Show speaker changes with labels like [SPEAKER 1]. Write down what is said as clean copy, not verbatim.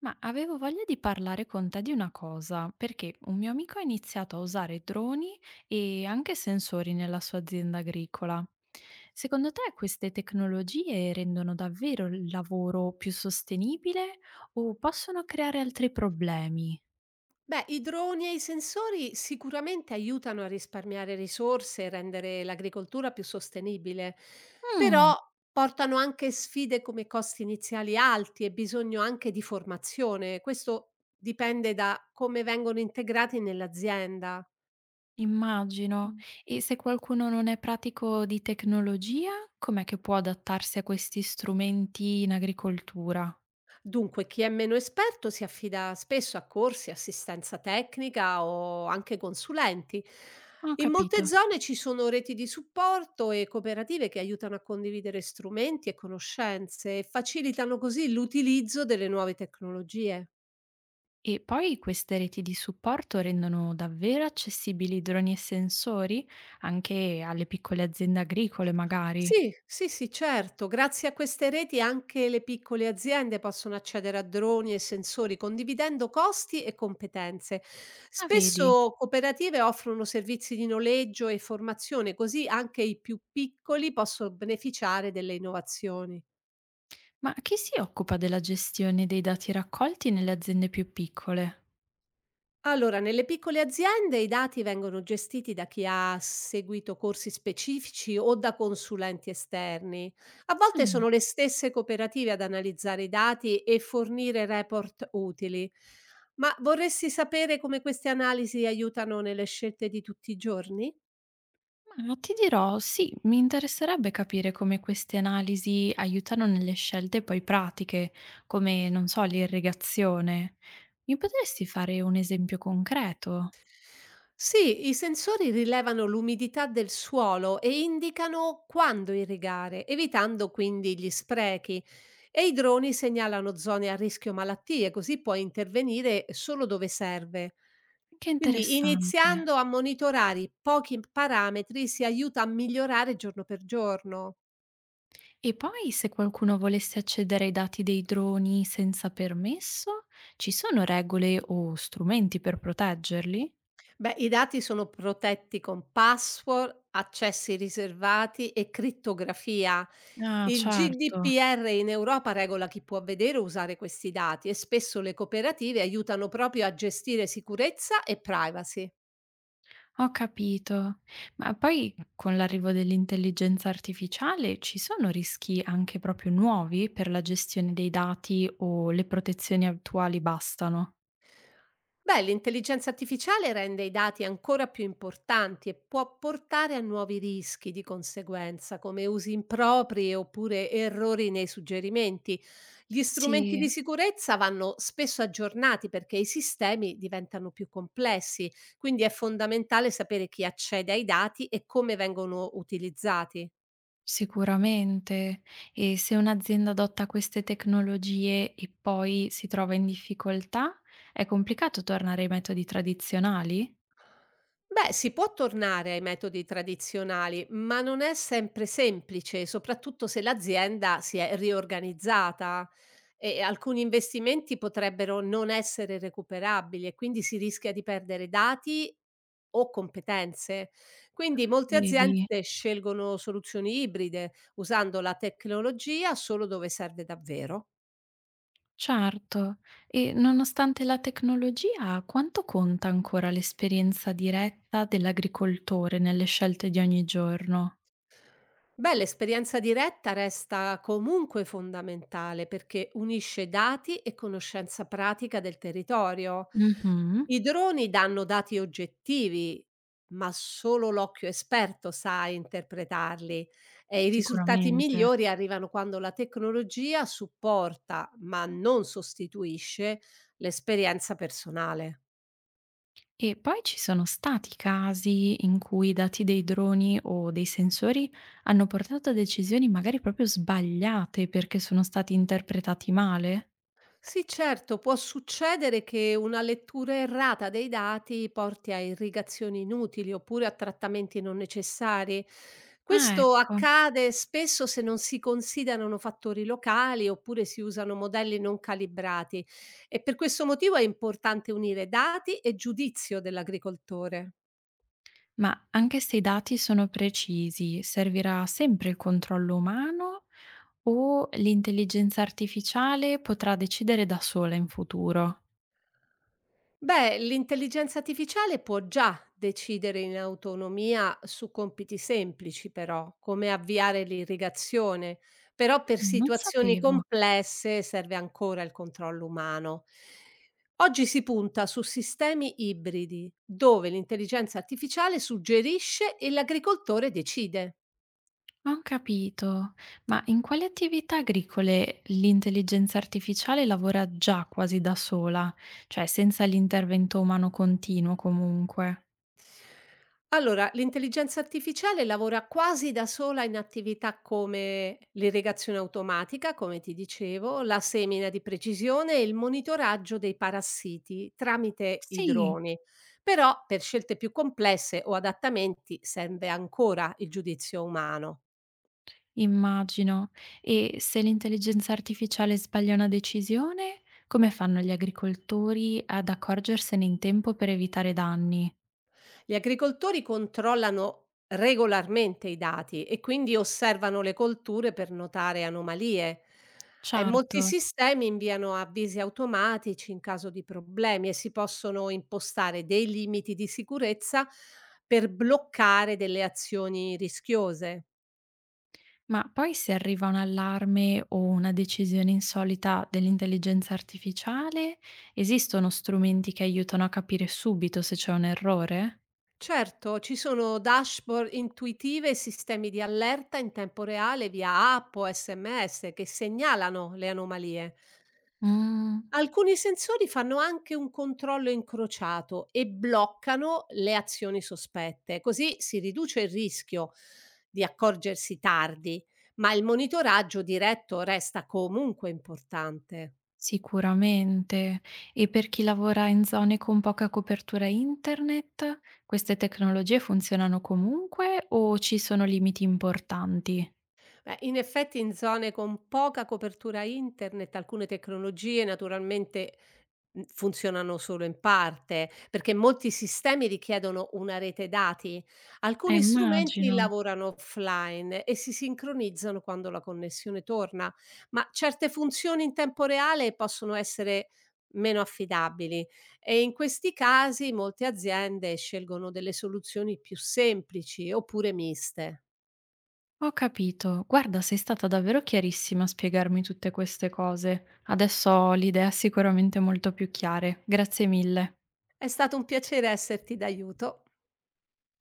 [SPEAKER 1] Ma avevo voglia di parlare con te di una cosa, perché un mio amico ha iniziato a usare droni e anche sensori nella sua azienda agricola. Secondo te queste tecnologie rendono davvero il lavoro più sostenibile o possono creare altri problemi?
[SPEAKER 2] Beh, i droni e i sensori sicuramente aiutano a risparmiare risorse e rendere l'agricoltura più sostenibile,
[SPEAKER 1] Mm,
[SPEAKER 2] però portano anche sfide come costi iniziali alti e bisogno anche di formazione. Questo dipende da come vengono integrati nell'azienda.
[SPEAKER 1] immagino. E se qualcuno non è pratico di tecnologia, com'è che può adattarsi a questi strumenti in agricoltura?
[SPEAKER 2] Dunque, chi è meno esperto si affida spesso a corsi, assistenza tecnica o anche consulenti.
[SPEAKER 1] Ho
[SPEAKER 2] In molte
[SPEAKER 1] capito.
[SPEAKER 2] zone ci sono reti di supporto e cooperative che aiutano a condividere strumenti e conoscenze e facilitano così l'utilizzo delle nuove tecnologie.
[SPEAKER 1] E poi queste reti di supporto rendono davvero accessibili droni e sensori anche alle piccole aziende agricole, magari.
[SPEAKER 2] Sì, sì, sì, certo. Grazie a queste reti anche le piccole aziende possono accedere a droni e sensori condividendo costi e competenze.
[SPEAKER 1] Ah, vedi.
[SPEAKER 2] Spesso cooperative offrono servizi di noleggio e formazione, così anche i più piccoli possono beneficiare delle innovazioni.
[SPEAKER 1] Ma chi si occupa della gestione dei dati raccolti nelle aziende più piccole?
[SPEAKER 2] Allora, nelle piccole aziende i dati vengono gestiti da chi ha seguito corsi specifici o da consulenti esterni. A volte
[SPEAKER 1] Mm,
[SPEAKER 2] sono le stesse cooperative ad analizzare i dati e fornire report utili. Ma vorresti sapere come queste analisi aiutano nelle scelte di tutti i giorni?
[SPEAKER 1] ma ti dirò, sì, mi interesserebbe capire come queste analisi aiutano nelle scelte poi pratiche, come, non so, l'irrigazione. Mi potresti fare un esempio concreto?
[SPEAKER 2] Sì, i sensori rilevano l'umidità del suolo e indicano quando irrigare, evitando quindi gli sprechi. E i droni segnalano zone a rischio malattie, così puoi intervenire solo dove serve.
[SPEAKER 1] Che
[SPEAKER 2] Quindi
[SPEAKER 1] interessante.
[SPEAKER 2] iniziando a monitorare i pochi parametri si aiuta a migliorare giorno per giorno.
[SPEAKER 1] E poi se qualcuno volesse accedere ai dati dei droni senza permesso, ci sono regole o strumenti per proteggerli?
[SPEAKER 2] Beh, i dati sono protetti con password, accessi riservati e crittografia.
[SPEAKER 1] Ah,
[SPEAKER 2] Il
[SPEAKER 1] certo,
[SPEAKER 2] GDPR in Europa regola chi può vedere o usare questi dati e spesso le cooperative aiutano proprio a gestire sicurezza e privacy.
[SPEAKER 1] ho capito. Ma poi con l'arrivo dell'intelligenza artificiale ci sono rischi anche proprio nuovi per la gestione dei dati o le protezioni attuali bastano?
[SPEAKER 2] Beh, l'intelligenza artificiale rende i dati ancora più importanti e può portare a nuovi rischi di conseguenza, come usi impropri oppure errori nei suggerimenti. Gli strumenti
[SPEAKER 1] Sì,
[SPEAKER 2] di sicurezza vanno spesso aggiornati perché i sistemi diventano più complessi, quindi è fondamentale sapere chi accede ai dati e come vengono utilizzati.
[SPEAKER 1] sicuramente. E se un'azienda adotta queste tecnologie e poi si trova in difficoltà, è complicato tornare ai metodi tradizionali?
[SPEAKER 2] Beh, si può tornare ai metodi tradizionali, ma non è sempre semplice, soprattutto se l'azienda si è riorganizzata e alcuni investimenti potrebbero non essere recuperabili e quindi si rischia di perdere dati o competenze. Quindi
[SPEAKER 1] Ah,
[SPEAKER 2] molte aziende
[SPEAKER 1] vedi,
[SPEAKER 2] scelgono soluzioni ibride, usando la tecnologia solo dove serve davvero.
[SPEAKER 1] certo. E nonostante la tecnologia, quanto conta ancora l'esperienza diretta dell'agricoltore nelle scelte di ogni giorno?
[SPEAKER 2] Beh, l'esperienza diretta resta comunque fondamentale perché unisce dati e conoscenza pratica del territorio.
[SPEAKER 1] Mhm,
[SPEAKER 2] I droni danno dati oggettivi, ma solo l'occhio esperto sa interpretarli e i risultati
[SPEAKER 1] sicuramente.
[SPEAKER 2] migliori arrivano quando la tecnologia supporta, ma non sostituisce, l'esperienza personale.
[SPEAKER 1] E poi ci sono stati casi in cui i dati dei droni o dei sensori hanno portato a decisioni magari proprio sbagliate perché sono stati interpretati male?
[SPEAKER 2] Sì, certo, può succedere che una lettura errata dei dati porti a irrigazioni inutili oppure a trattamenti non necessari.
[SPEAKER 1] Ah,
[SPEAKER 2] Questo
[SPEAKER 1] ecco.
[SPEAKER 2] accade spesso se non si considerano fattori locali oppure si usano modelli non calibrati e per questo motivo è importante unire dati e giudizio dell'agricoltore.
[SPEAKER 1] Ma anche se i dati sono precisi, servirà sempre il controllo umano o l'intelligenza artificiale potrà decidere da sola in futuro?
[SPEAKER 2] Beh, l'intelligenza artificiale può già decidere in autonomia su compiti semplici, però, come avviare l'irrigazione, però
[SPEAKER 1] Ah,
[SPEAKER 2] per
[SPEAKER 1] non
[SPEAKER 2] situazioni
[SPEAKER 1] sapevo.
[SPEAKER 2] complesse serve ancora il controllo umano. Oggi si punta su sistemi ibridi, dove l'intelligenza artificiale suggerisce e l'agricoltore decide.
[SPEAKER 1] Ho capito. Ma in quali attività agricole l'intelligenza artificiale lavora già quasi da sola, cioè senza l'intervento umano continuo comunque?
[SPEAKER 2] Allora, l'intelligenza artificiale lavora quasi da sola in attività come l'irrigazione automatica, come ti dicevo, la semina di precisione e il monitoraggio dei parassiti tramite i
[SPEAKER 1] Sì,
[SPEAKER 2] droni. Però per scelte più complesse o adattamenti serve ancora il giudizio umano.
[SPEAKER 1] immagino. E se l'intelligenza artificiale sbaglia una decisione, come fanno gli agricoltori ad accorgersene in tempo per evitare danni?
[SPEAKER 2] Gli agricoltori controllano regolarmente i dati e quindi osservano le colture per notare anomalie. E
[SPEAKER 1] Certo.
[SPEAKER 2] molti sistemi inviano avvisi automatici in caso di problemi e si possono impostare dei limiti di sicurezza per bloccare delle azioni rischiose.
[SPEAKER 1] Ma poi se arriva un allarme o una decisione insolita dell'intelligenza artificiale, esistono strumenti che aiutano a capire subito se c'è un errore?
[SPEAKER 2] Certo, ci sono dashboard intuitive e sistemi di allerta in tempo reale via app o SMS che segnalano le anomalie.
[SPEAKER 1] Mm,
[SPEAKER 2] Alcuni sensori fanno anche un controllo incrociato e bloccano le azioni sospette, così si riduce il rischio di accorgersi tardi, ma il monitoraggio diretto resta comunque importante.
[SPEAKER 1] sicuramente. E per chi lavora in zone con poca copertura internet, queste tecnologie funzionano comunque o ci sono limiti importanti?
[SPEAKER 2] Beh, in effetti in zone con poca copertura internet alcune tecnologie naturalmente funzionano solo in parte, perché molti sistemi richiedono una rete dati. Alcuni strumenti
[SPEAKER 1] Immagino.
[SPEAKER 2] lavorano offline e si sincronizzano quando la connessione torna, ma certe funzioni in tempo reale possono essere meno affidabili e in questi casi molte aziende scelgono delle soluzioni più semplici oppure miste.
[SPEAKER 1] Ho capito. Guarda, sei stata davvero chiarissima a spiegarmi tutte queste cose. Adesso ho l'idea sicuramente molto più chiare. Grazie mille.
[SPEAKER 2] È stato un piacere esserti d'aiuto.